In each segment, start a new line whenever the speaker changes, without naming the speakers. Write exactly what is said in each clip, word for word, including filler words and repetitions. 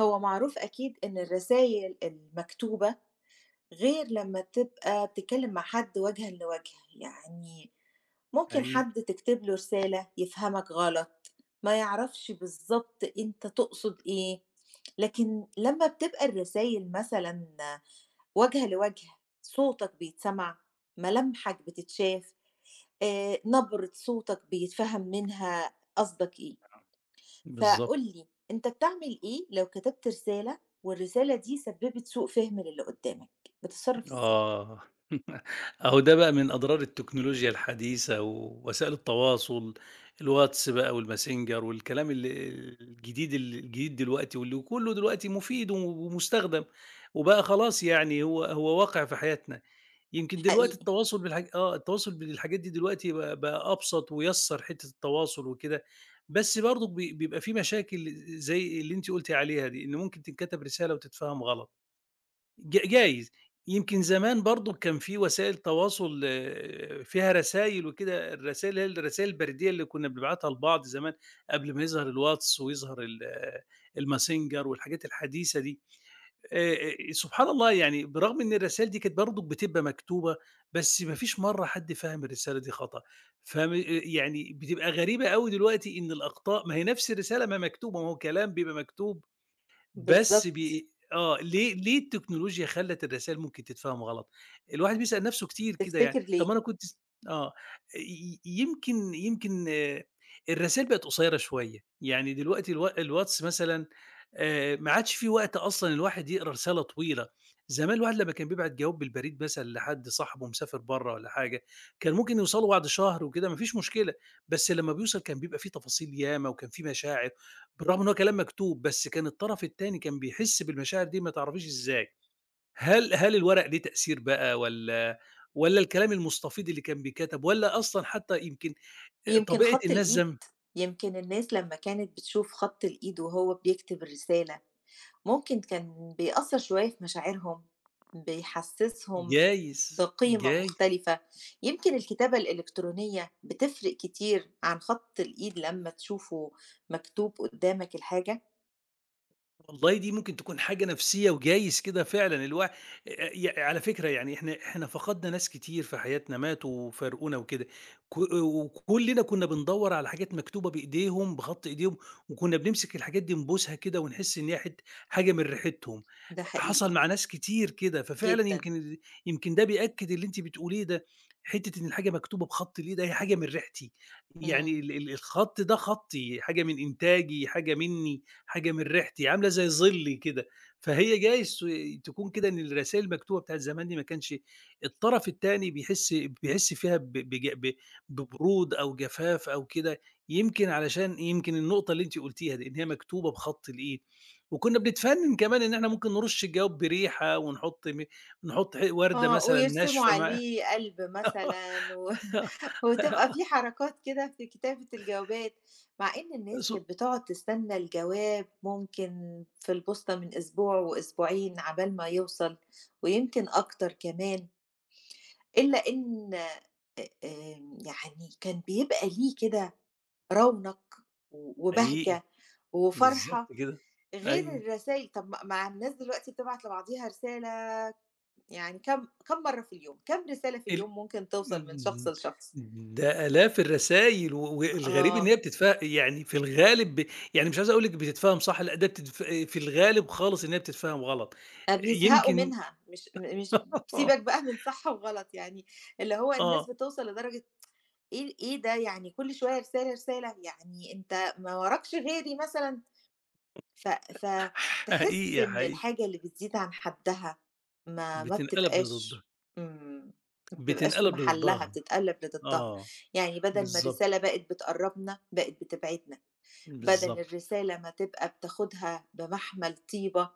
هو معروف أكيد إن الرسايل المكتوبة غير لما تبقى بتتكلم مع حد وجهًا لوجه، يعني ممكن
حقيقي،
حد تكتب له رسالة يفهمك غلط، ما يعرفش بالضبط أنت تقصد إيه، لكن لما بتبقى الرسايل مثلًا وجه لوجه، صوتك بيتسمع، ملامحك بتتشاف، آآ، نبرة صوتك بيتفهم منها قصدك إيه. فقُل
بالضبط،
لي، أنت بتعمل إيه لو كتبت رسالة والرسالة دي سبّبت سوء فِهم للي قُدّامك، بتتصرّف إزاي؟
آه. أهو ده بقى من أضرار التكنولوجيا الحديثة ووسائل التواصل، الواتس بقى والماسنجر والكلام ال الجديد ال الجديد دلوقتي واللي وكلّه دلوقتي مفيد ومستخدم، وبقى خلاص يعني هو هو واقع في حياتنا، يمكن دلوقتي
حقيقي،
التواصل بالحاج آه التواصل بالحاجات دي دلوقتي بقى بقى أبسط ويسّر حتّة التواصل وكده، بس برضه بي بيبقى في مشاكل زي اللي أنتِ قلتِ عليها دي، إن ممكن تتكتب رسالة وتتفهم غلط. ج جايز، يمكن زمان برضه كان في وسائل تواصل آه، فيها رسايل وكده، الرسايل اللي هي الرسايل البريدية اللي كنا بنبعتها لبعض زمان قبل ما يظهر الواتس ويظهر ال آه، الماسنجر والحاجات الحديثة دي. آآ، آآ، سبحان الله، يعني برغم إن الرسايل دي كانت برضه بتبقى مكتوبة، بس ما فيش مرّة حد فَهم الرسالة دي خطأ، فم آه، يعني بتبقى غريبة أوي دلوقتي إن الأخطاء ما هي نفس الرسالة ما مكتوبة، ما هو كلام بيبقى مكتوب. بس
بالضبط.
بي آه، ليه ليه التكنولوجيا خلّت الرسايل ممكن تتفهم غلط؟ الواحد بيسأل نَفْسه كتير كده يعني،
تفتكر
طَب
ليه؟
ما أنا كنت س آه، ي يمكن يمكن الرسايل بقت قصيّرة شوية، يعني دلوقتي الوا الواتس مثلًا آآ، ما عادش في وقت أصلًا الواحد يقرا رسالة طويلة. زمان الواحد لمّا كان بيبعت جواب بالبريد مثلًا لحد صاحبه مسافر برّه والّا حاجة، كان ممكن يوصلوا بعد شهر وكده ما فيش مشكلة، بس لمّا بيوصل كان بيبقى في تفاصيل ياما وكان في مشاعر، بالرغم إن هو كلام مكتوب، بس كان الطرف التاني كان بيحس بالمشاعر دي ما تعرفيش إزاي. هل هل الورق ليه تأثير بقى، والّا والّا الكلام المستفيض اللي كان بيتكتب، والّا أصلًا حتى يمكن أ
يمكن
طبيعة
خَط
الناس
الإيد،
زم
يمكن الناس لمّا كانت بتشوف خَط الإيد وهو بيكتب الرسالة، ممكن كان بيأثّر شوية في مشاعرهم، بيحسّسهم
جايز،
بقيمة
جايز.
مختلفة. يمكن الكتابة الإلكترونية بتفرق كتير عن خَط الإيد لمّا تشوفه مكتوب قُدّامك الحاجة.
والله دي ممكن تكون حاجة نفسية وجايز كده فعلًا الوا يع على فكرة يعني إحنا إحنا فقدنا ناس كتير في حياتنا ماتوا وفارقونا وكده، ك وكلنا كنا بندوّر على حاجات مكتوبة بإيديهم، بخط إيديهم، وكنا بنمسك الحاجات دي نبوسها كده ونحس إن هي حت حاجة من ريحتهم،
ده
حصل
حقيقي
مع ناس كتير كده، ففعلًا
جدًا،
يمكن ال يمكن ده بيأكد اللي أنتِ بتقوليه ده، حتة إن الحاجة مكتوبة بخط الإيد أهي حاجة من ريحتي، يعني
إمم.
ال ال الخط ده خطي، حاجة من إنتاجي، حاجة منّي، حاجة من ريحتي، عاملة زي ظِلّي كده، فهي جايز تكون كده إن الرسايل المكتوبة بتاعة زمان دي ما كانش الطرف التاني بيحس بيحس فيها ب بج ب ببرود أو جفاف أو كده، يمكن علشان يمكن النقطة اللي أنتِ قُلتيها دي، إن هي مكتوبة بخط الإيد، وكُنّا بنتفنّن كمان إن إحنا ممكن نرُش الجواب بريحة ونحُط م نحُط ح وردة
آه،
مثلًا
ويرسموا
ناشفة مع
عليه قلب مثلًا و وتبقى في حركات كده في كتابة الجوابات، مع إن الناس
ص
كانت بتقعد تستنى الجواب ممكن في البوسطة من أسبوع وأسبوعين عبال ما يوصل، ويمكن أكتر كمان، إلا إن آمم، يعني كان بيبقى ليه كده رونق و
حقيقي،
وبهجة
بالضبط
وفرحة
كده،
غير
أيوه.
الرسايل. طب ما ما الناس دلوقتي بتبعت لبعضيها رسالة، يعني كم كم مرّة في اليوم، كم رسالة في
ال
اليوم ممكن توصل من شخص
إمم،
لشخص؟
ده آلاف الرسايل، و والغريب إن
آه،
هي بتتفه يعني في الغالب ب يعني مش عايز أقول لِك بتتفهم صح، لأ ده بتتف في الغالب خالص إن هي بتتفهم غلط،
آآ بيزهقوا
يمكن
منها، مش م مش
آه،
سيبك بقى من صح وغلط يعني، اللي هو الناس
آه،
بتوصل لدرجة إيه، إيه ده؟ يعني كل شوية رسالة، رسالة، يعني أنت ما وراكش غيري مثلًا، ف فتحس
حقيقي،
إن
حقيقي،
الحاجة اللي بتزيد عن حدّها ما ما
بتنقلب لضدها،
بتبقاش إمم، ما بتبقاش في
بتنقلب
محلّها،
لضدها،
بتتقلّب لضدّها،
آه،
يعني بدل ما
بالضبط،
الرسالة بقت بتقرّبنا، بقت بتبعدنا. بدل
بالضبط،
الرسالة ما تبقى بتاخدها بمحمل طيبة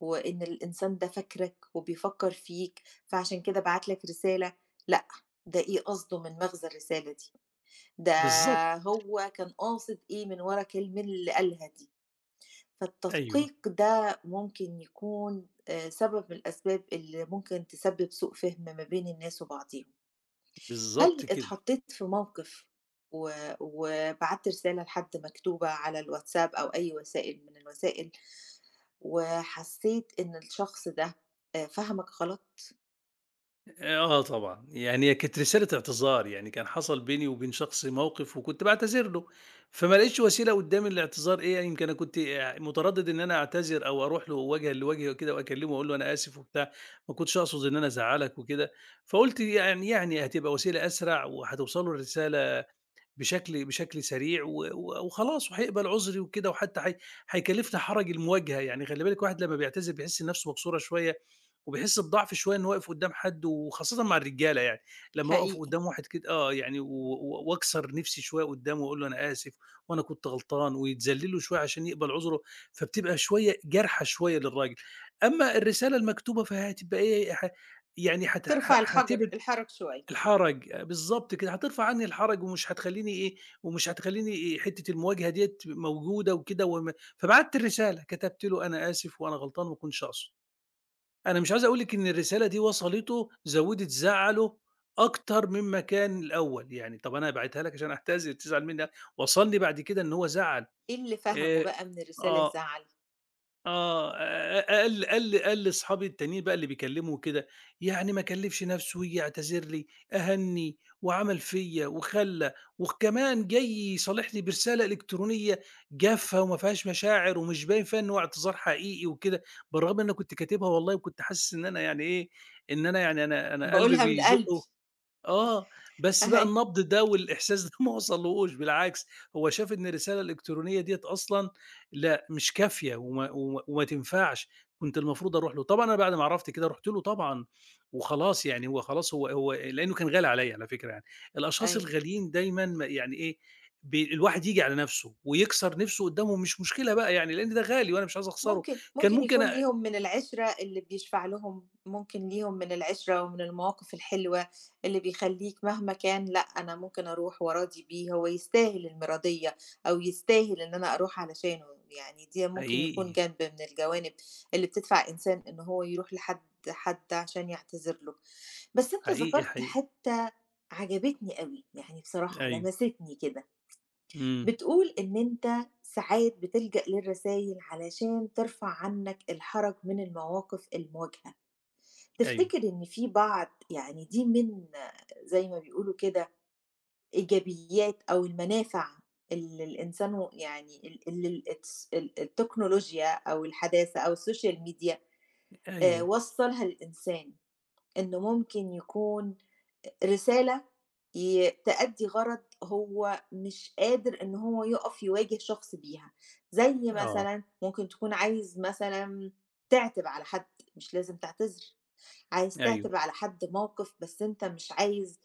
وإن الإنسان ده فاكرك وبيفكر فيك فعشان كده بعت لك رسالة، لأ، ده إيه قصده من مغزى الرسالة دي، ده
بالضبط،
هو كان قاصد إيه من ورا الكلمة اللي قالها دي،
أيوه،
فالتدقيق ده ممكن يكون آآ سبب من الأسباب اللي ممكن تسبب سوء فهم ما بين الناس وبعضيهم.
بالضبط
هل
كده.
اتحطيت في موقف و وبعتّ رسالة لحد مكتوبة على الواتساب أو أي وسائل من الوسائل، وحسيت إن الشخص ده آآ فهمك غلط؟
آه طبعًا، يعني هي كانت رسالة اعتذار، يعني كان حصل بيني وبين شخص موقف وكنت باعتذر له، فما لقيتش وسيلة قدّامي للاعتذار إيه، يمكن أنا كنت آآ متردد إن أنا أعتذر أو أروح له وجهًا لوجه وكده وأكلمه وأقول له أنا آسف وبتاع، ما كنتش أقصد إن أنا أزعّلك وكده، فقُلت يعني يعني هتبقى وسيلة أسرع وهتوصل له الرسالة بشكل بشكل سريع و و وخلاص وهيقبل عذري وكده، وحتى هي هيكلّفنا حرج المواجهة، يعني خلّي بالِك الواحد لمّا بيعتذر بيحس نَفْسه مكسورة شوية، وبيحس بضعف شوية إنه واقف قدّام حد وخاصةً مع الرجالة يعني، لمّا أقف
حقيقي،
قدّام واحد كده آه، يعني و و وأكسر نِفْسي شوية قدّامه وأقول له أنا آسف وأنا كنت غلطان، ويتذلّل له شوية عشان يقبل عذره، فبتبقى شوية جارحة شوية للراجل. أمّا الرسالة المكتوبة فهتبقى إيه ح يعني هت ه
ترفع الحجر
هتبعد
الحجر شوية.
الحرج، آه، بالضبط كده، هترفع عني الحرج ومش هتخلّيني إيه، ومش هتخلّيني إيه حتّة المواجهة ديّة موجودة وكده وم فبعتّ الرسالة، كتبت له: "أنا آسف وأنا غلطان وما كنتش أقصد." أنا مش عايز أقول لِك إن الرسالة دي وصلته زوّدت زعله أكتر مما كان الأول، يعني طَب أنا باعتها لك عشان أعتذر تزعل منّي، وصلني بعد كده إن هو زعل.
إيه اللي فهمه
آآ
بقى من الرسالة
آه.
يزعّل؟
آه، أ قال قال قال لأصحابي التانيين بقى اللي بيكلّموا كده، يعني ما كلّفش نَفْسه وييجي يعتذر لي، أهَنّي وعمل فيّا وخلّى، وكمان جاي يصالحني برسالة إلكترونية جافة وما فيهاش مشاعر ومش باين فيها إن هو اعتذار حقيقي وكده، بالرغم إن أنا كنت كاتبها والله وكنت حاسس إن أنا يعني إيه، إن أنا يعني أنا أنا قلبي
باقولها من قلبي،
بيدُق، آه، بس بقى
أيوه،
النبض ده والإحساس ده ما وصلّهوش بالعكس، هو شاف إن الرسالة الإلكترونية ديّة أصلًا لأ، مش كافية وما وما وما تنفعش، كنت المفروض أروح له. طبعًا أنا بعد ما عرفت كده رُحت له طبعًا وخلاص يعني هو خلاص هو هو لإنه كان غالي عليّا على فكرة يعني، الأشخاص
أيوه.
الغاليين دايمًا ما يعني إيه، ب الواحد ييجي على نَفْسه ويكسر نِفْسه قُدّامهم مش مشكلة بقى يعني، لإن ده غالي وأنا مش عايز أخسره،
ممكن
كان
ممكن
ممكن
يكون
أ
ليهم من العِشرة اللي بيشفع لهم، ممكن ليهم من العِشرة ومن المواقف الحلوة اللي بيخلّيك مهما كان لأ، أنا ممكن أروح وأراضي بيه، هو يستاهل المِراضيّة أو يستاهل إن أنا أروح علشانه، يعني دي ممكن يكون
حقيقي،
جانب من الجوانب اللي بتدفع إنسان إن هو يروح لحد حد عشان يعتذر له. بس أنت
حقيقي،
ذكرت
حقيقي.
حتّة عجبتني أوي، يعني بصراحة
أيوه،
لمستني كده.
إمم،
بتقول إن أنت ساعات بتلجأ للرسايل علشان ترفع عنك الحرج من المواقف المواجهة،
أيوه،
تفتكر إن في بعض يعني دي من زي ما بيقولوا كده إيجابيات أو المنافع اللي الإنسان و يعني ال اللي الاتس ال التكنولوجيا أو الحداثة أو السوشيال ميديا آآ
أيوه،
وصّلها للإنسان، إنه ممكن يكون رسالة ي تأدّي غرض هو مش قادر إن هو يُقف يواجه شخص بيها، زي
آه.
مثلًا ممكن تكون عايز مثلًا تعتب على حد، مش لازم تعتذر، عايز
أيوه،
تعتب على حد موقف بس أنت مش عايز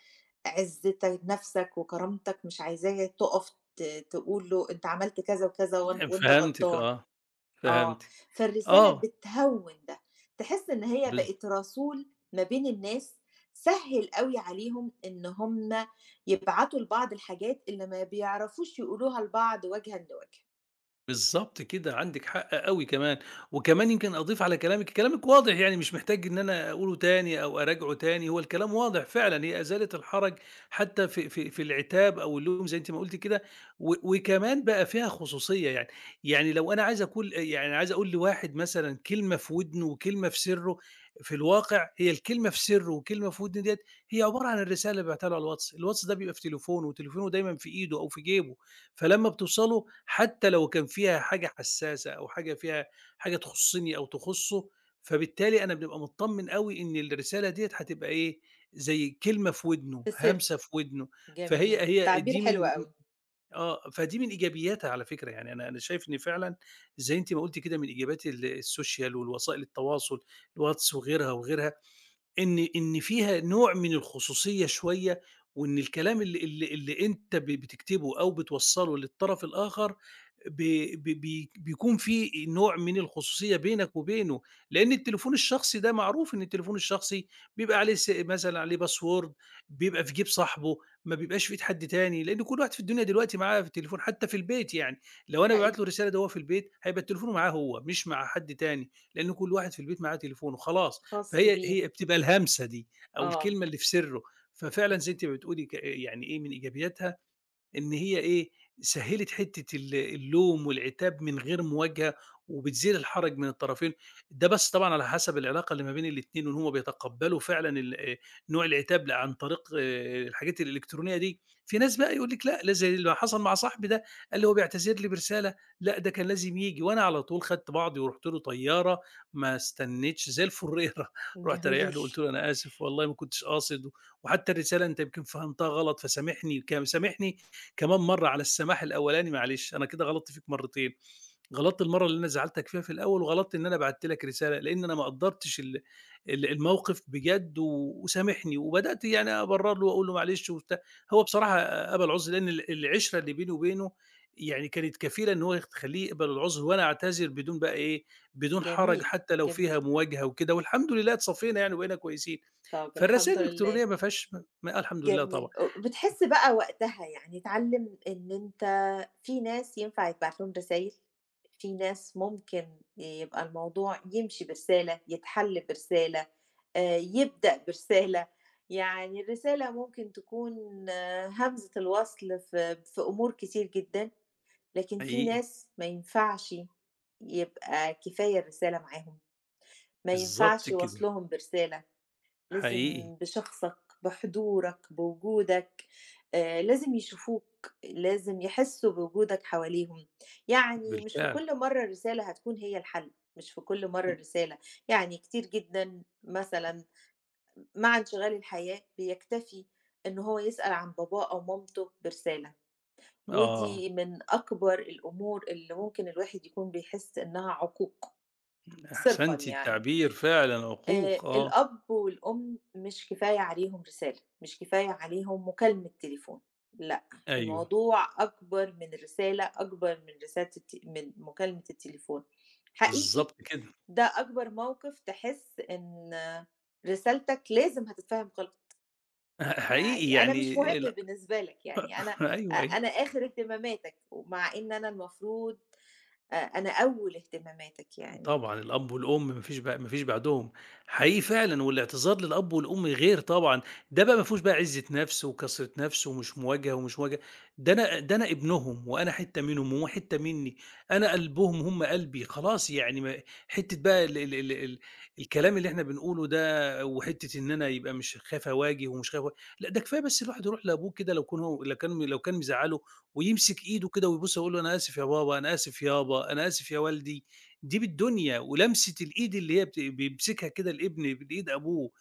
عزّتك نَفْسك وكرامتك مش عايزاه تُقف ت تقول له أنت عملت كذا وكذا وأن وأنت
فهمتِك
غلطان.
آه،
آه،
فهمتِك.
فالرسالة
آه،
بتهوّن ده، تحس إن هي
بالض
بقت رسول ما بين الناس، سهّل أوي عليهم إن هُم يبعتوا لبعض الحاجات اللي ما بيعرفوش يقولوها لبعض وجهًا لوجه،
بالضبط كده، عندِك حق أوي كمان، وكمان يمكن أضيف على كلامِك، كلامِك واضح يعني مش محتاج إن أنا أقوله تاني أو أراجعه تاني، هو الكلام واضح فعلًا، هي إزالة الحرج حتى في في في العتاب أو اللوم زي أنتِ ما قُلتِ كده، و وكمان بقى فيها خصوصية يعني، يعني لو أنا عايز أقول يعني عايز أقول لواحد مثلًا كلمة في ودنه وكلمة في سرّه، في الواقع هي الكلمة في سرّه والكلمة في ودنه ديّة هي عبارة عن الرسالة اللي بعتها له على الواتس، الواتس ده بيبقى في تليفونه وتليفونه دايمًا في إيده أو في جيبه. فلمّا بتوصله حتى لو كان فيها حاجة حساسة أو حاجة فيها حاجة تخُصّني أو تخُصّه، فبالتالي أنا بنبقى متطمّن أوي إن الرسالة ديّة هتبقى إيه، زي كلمة في ودنه،
في سر.
هَمسة في ودنه، فهي
جميل،
هي
تعبير
دي
حلو
من
أوي،
آه، فدي من إيجابياتها على فكرة، يعني أنا أنا شايف إن فعلًا زي أنتِ ما قُلتِ كده من إيجابيات ال السوشيال والوسائل التواصل، الواتس وغيرها، وغيرها، إن إن فيها نوع من الخصوصية شوية، وإن الكلام اللي اللي اللي أنت ب بتكتبه أو بتوصّله للطرف الآخر ب ب بي بيكون في نوع من الخصوصية بينك وبينه، لأن التليفون الشخصي ده معروف إن التليفون الشخصي بيبقى عليه س مثلًا عليه password، بيبقى في جيب صاحبه، ما بيبقاش في إيد حد تاني، لأن كل واحد في الدنيا دلوقتي معاه في التليفون حتى في البيت يعني، لو أنا بابعت له
حقيقي،
رسالة ده وهو في البيت هيبقى التليفون معاه هو، مش مع حد تاني، لأن كل واحد في البيت معاه تليفونه خلاص،
خاص
فهي
بيه،
هي بتبقى الهمسة دي أو
آه،
الكلمة اللي في سِرّه، ففعلًا زي أنتِ ما بتقولي ك يعني إيه من إيجابياتها إن هي إيه، سهّلِت حتّة ال اللوم والعتاب من غير مواجهة، وبتزيل الحرج من الطرفين، ده بس طبعًا على حسب العلاقة اللي ما بين الاتنين، وإن هُم بيتقبّلوا فعلًا ال آآ، نوع العتاب عن طريق آه، الحاجات الإلكترونية دي. في ناس بقى يقول لِك لأ، لا زي اللي حصل مع صاحبي ده، قال لي هو بيعتذر لي برسالة، لأ ده كان لازم ييجي، وأنا على طول خدت بعضي ورُحت له طيّارة، ما استنيتش زي الفُرّيرة، رُحت رايح
جميل،
له قُلت له: "أنا آسف والله ما كنتش قاصد، وحتّى الرسالة أنت يمكن فهمتها غلط، فسامحني، ك سامحني كمان مرّة على السماح الأولاني معلش، أنا كده غلطت فيك مرّتين، غلطت المرّة اللي أنا زعّلتك فيها في الأول، وغلطت إن أنا بعتّ لك رسالة، لإن أنا ما قدّرتش ال ال الموقف بجد و وسامحني، وبدأت يعني أبرّر له وأقول له معلش وبتاع، هو بصراحة قبل عُذري لإن ال العِشرة اللي بيني وبينه يعني كانت كفيلة إن هو تخلّيه يقبل العُذر، وأنا أعتذر بدون بقى إيه، بدون حرج
جميل،
حتى لو فيها
جميل،
مواجهة وكده، والحمد لله اتصفينا يعني وبقينا كويسين.
طَب الحمد
فالرسايل
لله.
الإلكترونية ما فيهاش م الحمد لله طبعًا،
جميل. أ بتحس بقى وقتها يعني اتعلّم إن أنت في ناس ينفع يتبعت لهم رسايل، في ناس ممكن يبقى الموضوع يمشي برسالة، يتحل برسالة، آآ يبدأ برسالة، يعني الرسالة ممكن تكون آه، همزة الوصل في في أمور كتير جدًا، لكن في
حقيقي،
ناس ما ينفعش يبقى كفاية الرسالة معاهم، ما
بالضبط
ينفعش
كده.
وصلهم برسالة، لازم
حقيقي،
بشخصك، بحضورك، بوجودك، آآ لازم يشوفوك، لازم يحسّوا بوجودك حواليهم. يعني مش في
بالفعل.
كل مرّة الرسالة هتكون هي الحل، مش في كل مرّة
م
الرسالة. يعني كتير جدًا مثلًا مع انشغال الحياة بيكتفي إن هو يسأل عن باباه أو مامته برسالة،
آه،
ودي من أكبر الأمور اللي ممكن الواحد يكون بيحس إنها عقوق صرفًا
أحسنتِ
يعني.
التعبير فعلًا
آآ
عقوق، آه،
الأب والأم مش كفاية عليهم رسالة، مش كفاية عليهم مكالمة تليفون، لأ،
أيوه،
الموضوع أكبر من الرسالة، أكبر من رسالة الت من مكالمة التليفون. حقيقي،
بالضبط كده.
ده أكبر موقف تحس إن رسالتك لازم هتتفهم غلط،
ح حقيقي
يعني أنا
يعني
مش مهم
ال
بالنسبة لك، يعني أنا أ
أيوه، أيوه.
أنا آخر اهتماماتك، ومع إن أنا المفروض أ أنا أول اهتماماتك يعني
طبعًا الأب والأم ما فيش بع ما فيش بعدهم، حقيقي فعلًا، والاعتذار للأب والأم غير طبعًا، ده بقى ما فيهوش بقى عزة نفس وكسرة نفس ومش مواجهة ومش مواجهة، ده أنا ده أنا ابنهم وأنا حتة منهم وهُم حتة مني، أنا قلبهم هُم قلبي، خلاص يعني ما حتة بقى ال ال ال ال الكلام اللي إحنا بنقوله ده وحتة إن أنا يبقى مش خايف أواجه ومش خايف أوا لأ ده كفاية بس الواحد يروح لأبوه كده لو كون هو لو كان لو كان مزعّله ويمسك إيده كده ويبوسها ويقول له: "أنا آسف يا بابا، أنا آسف يابا، أنا آسف يا والدي." دي بالدنيا ولمسة الإيد اللي هي بت بيمسكها كده الابن بإيد أبوه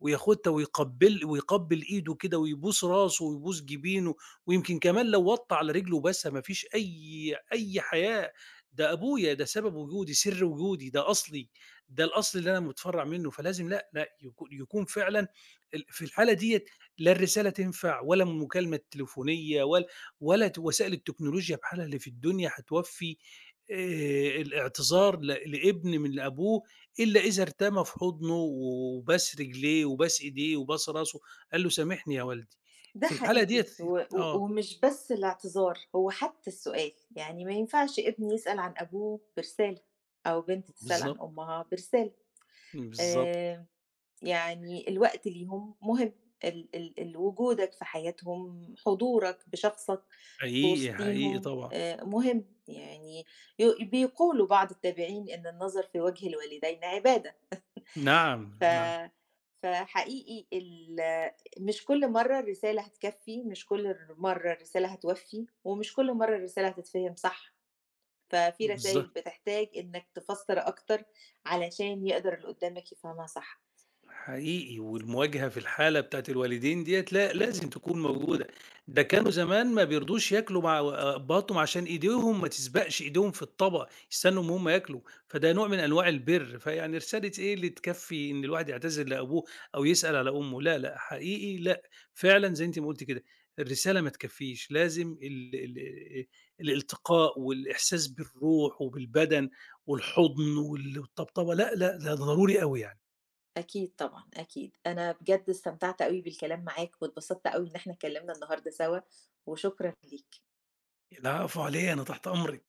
وياخدها ويقبل ويقبل إيده كده ويبوس راسه ويبوس جبينه، ويمكن كمان لو وطّى على رجله وباسها ما فيش أي أي حياء، ده أبويا، ده سبب وجودي، سر وجودي، ده أصلي، ده الأصل اللي أنا متفرّع منه، فلازم لأ، لأ يكو يكون فعلًا ال في الحالة ديّة لا الرسالة تنفع ولا المكالمة التليفونية ولا ولا ت وسائل التكنولوجيا بحالها اللي في الدنيا هتوفّي آآ الاعتذار ل لابن من لأبوه إلا إذا ارتمى في حضنه وباس رجليه وباس إيديه وباس راسه، قال له: "سامحني يا والدي."
ده
في الحالة ديّة
حقيقي و و
آه،
ومش بس الاعتذار، هو حتى السؤال، يعني ما ينفعش ابن يسأل عن أبوه برسالة، أو بنت تسأل عن
بالضبط،
أمها برسالة،
بالضبط،
آآ، يعني الوقت ليهم مهم، ال ال ال وجودك في حياتهم، حضورك بشخصك في
حقيقي، حقيقي
وسطيهم
طبعًا.
آآ، مهم، يعني ي بيقولوا بعض التابعين إن النظر في وجه الوالدين عبادة.
نعم،
ف
نعم،
فحقيقي ال مش كل مرّة الرسالة هتكفّي، مش كل ر مرّة الرسالة هتوفّي، ومش كل مرّة الرسالة هتتفهم صح، ففي
بالض
رسايل بتحتاج إنّك تفسّر أكتر علشان يقدر اللي قدّامك يفهمها صح.
حقيقي، والمواجهة في الحالة بتاعة الوالدين ديّة لا لازم تكون موجودة، ده كانوا زمان ما بيرضوش ياكلوا مع أبّهاتهم عشان إيديهم ما تسبقش إيديهم في الطبق، يستنوا إن هُم ياكلوا، فده نوع من أنواع البِر، فيعني رسالة إيه اللي تكفّي إن الواحد يعتذر لأبوه أو يسأل على أمه، لا، لأ، حقيقي لأ، فعلًا زي أنتِ ما قُلتِ كده، الرسالة ما تكفّيش، لازم ال ال الالتقاء والإحساس بالروح وبالبدن والحضن وال والطبطبة، لأ، لأ، ده ضروري أوي يعني.
أكيد طبعًا، أكيد. أنا بجد استمتعت أوي بالكلام معاك واتبسطت أوي إن إحنا اتكلّمنا النهارده سوا، وشكرًا ليك.
لا، فعليًا أنا تحت أمرِك،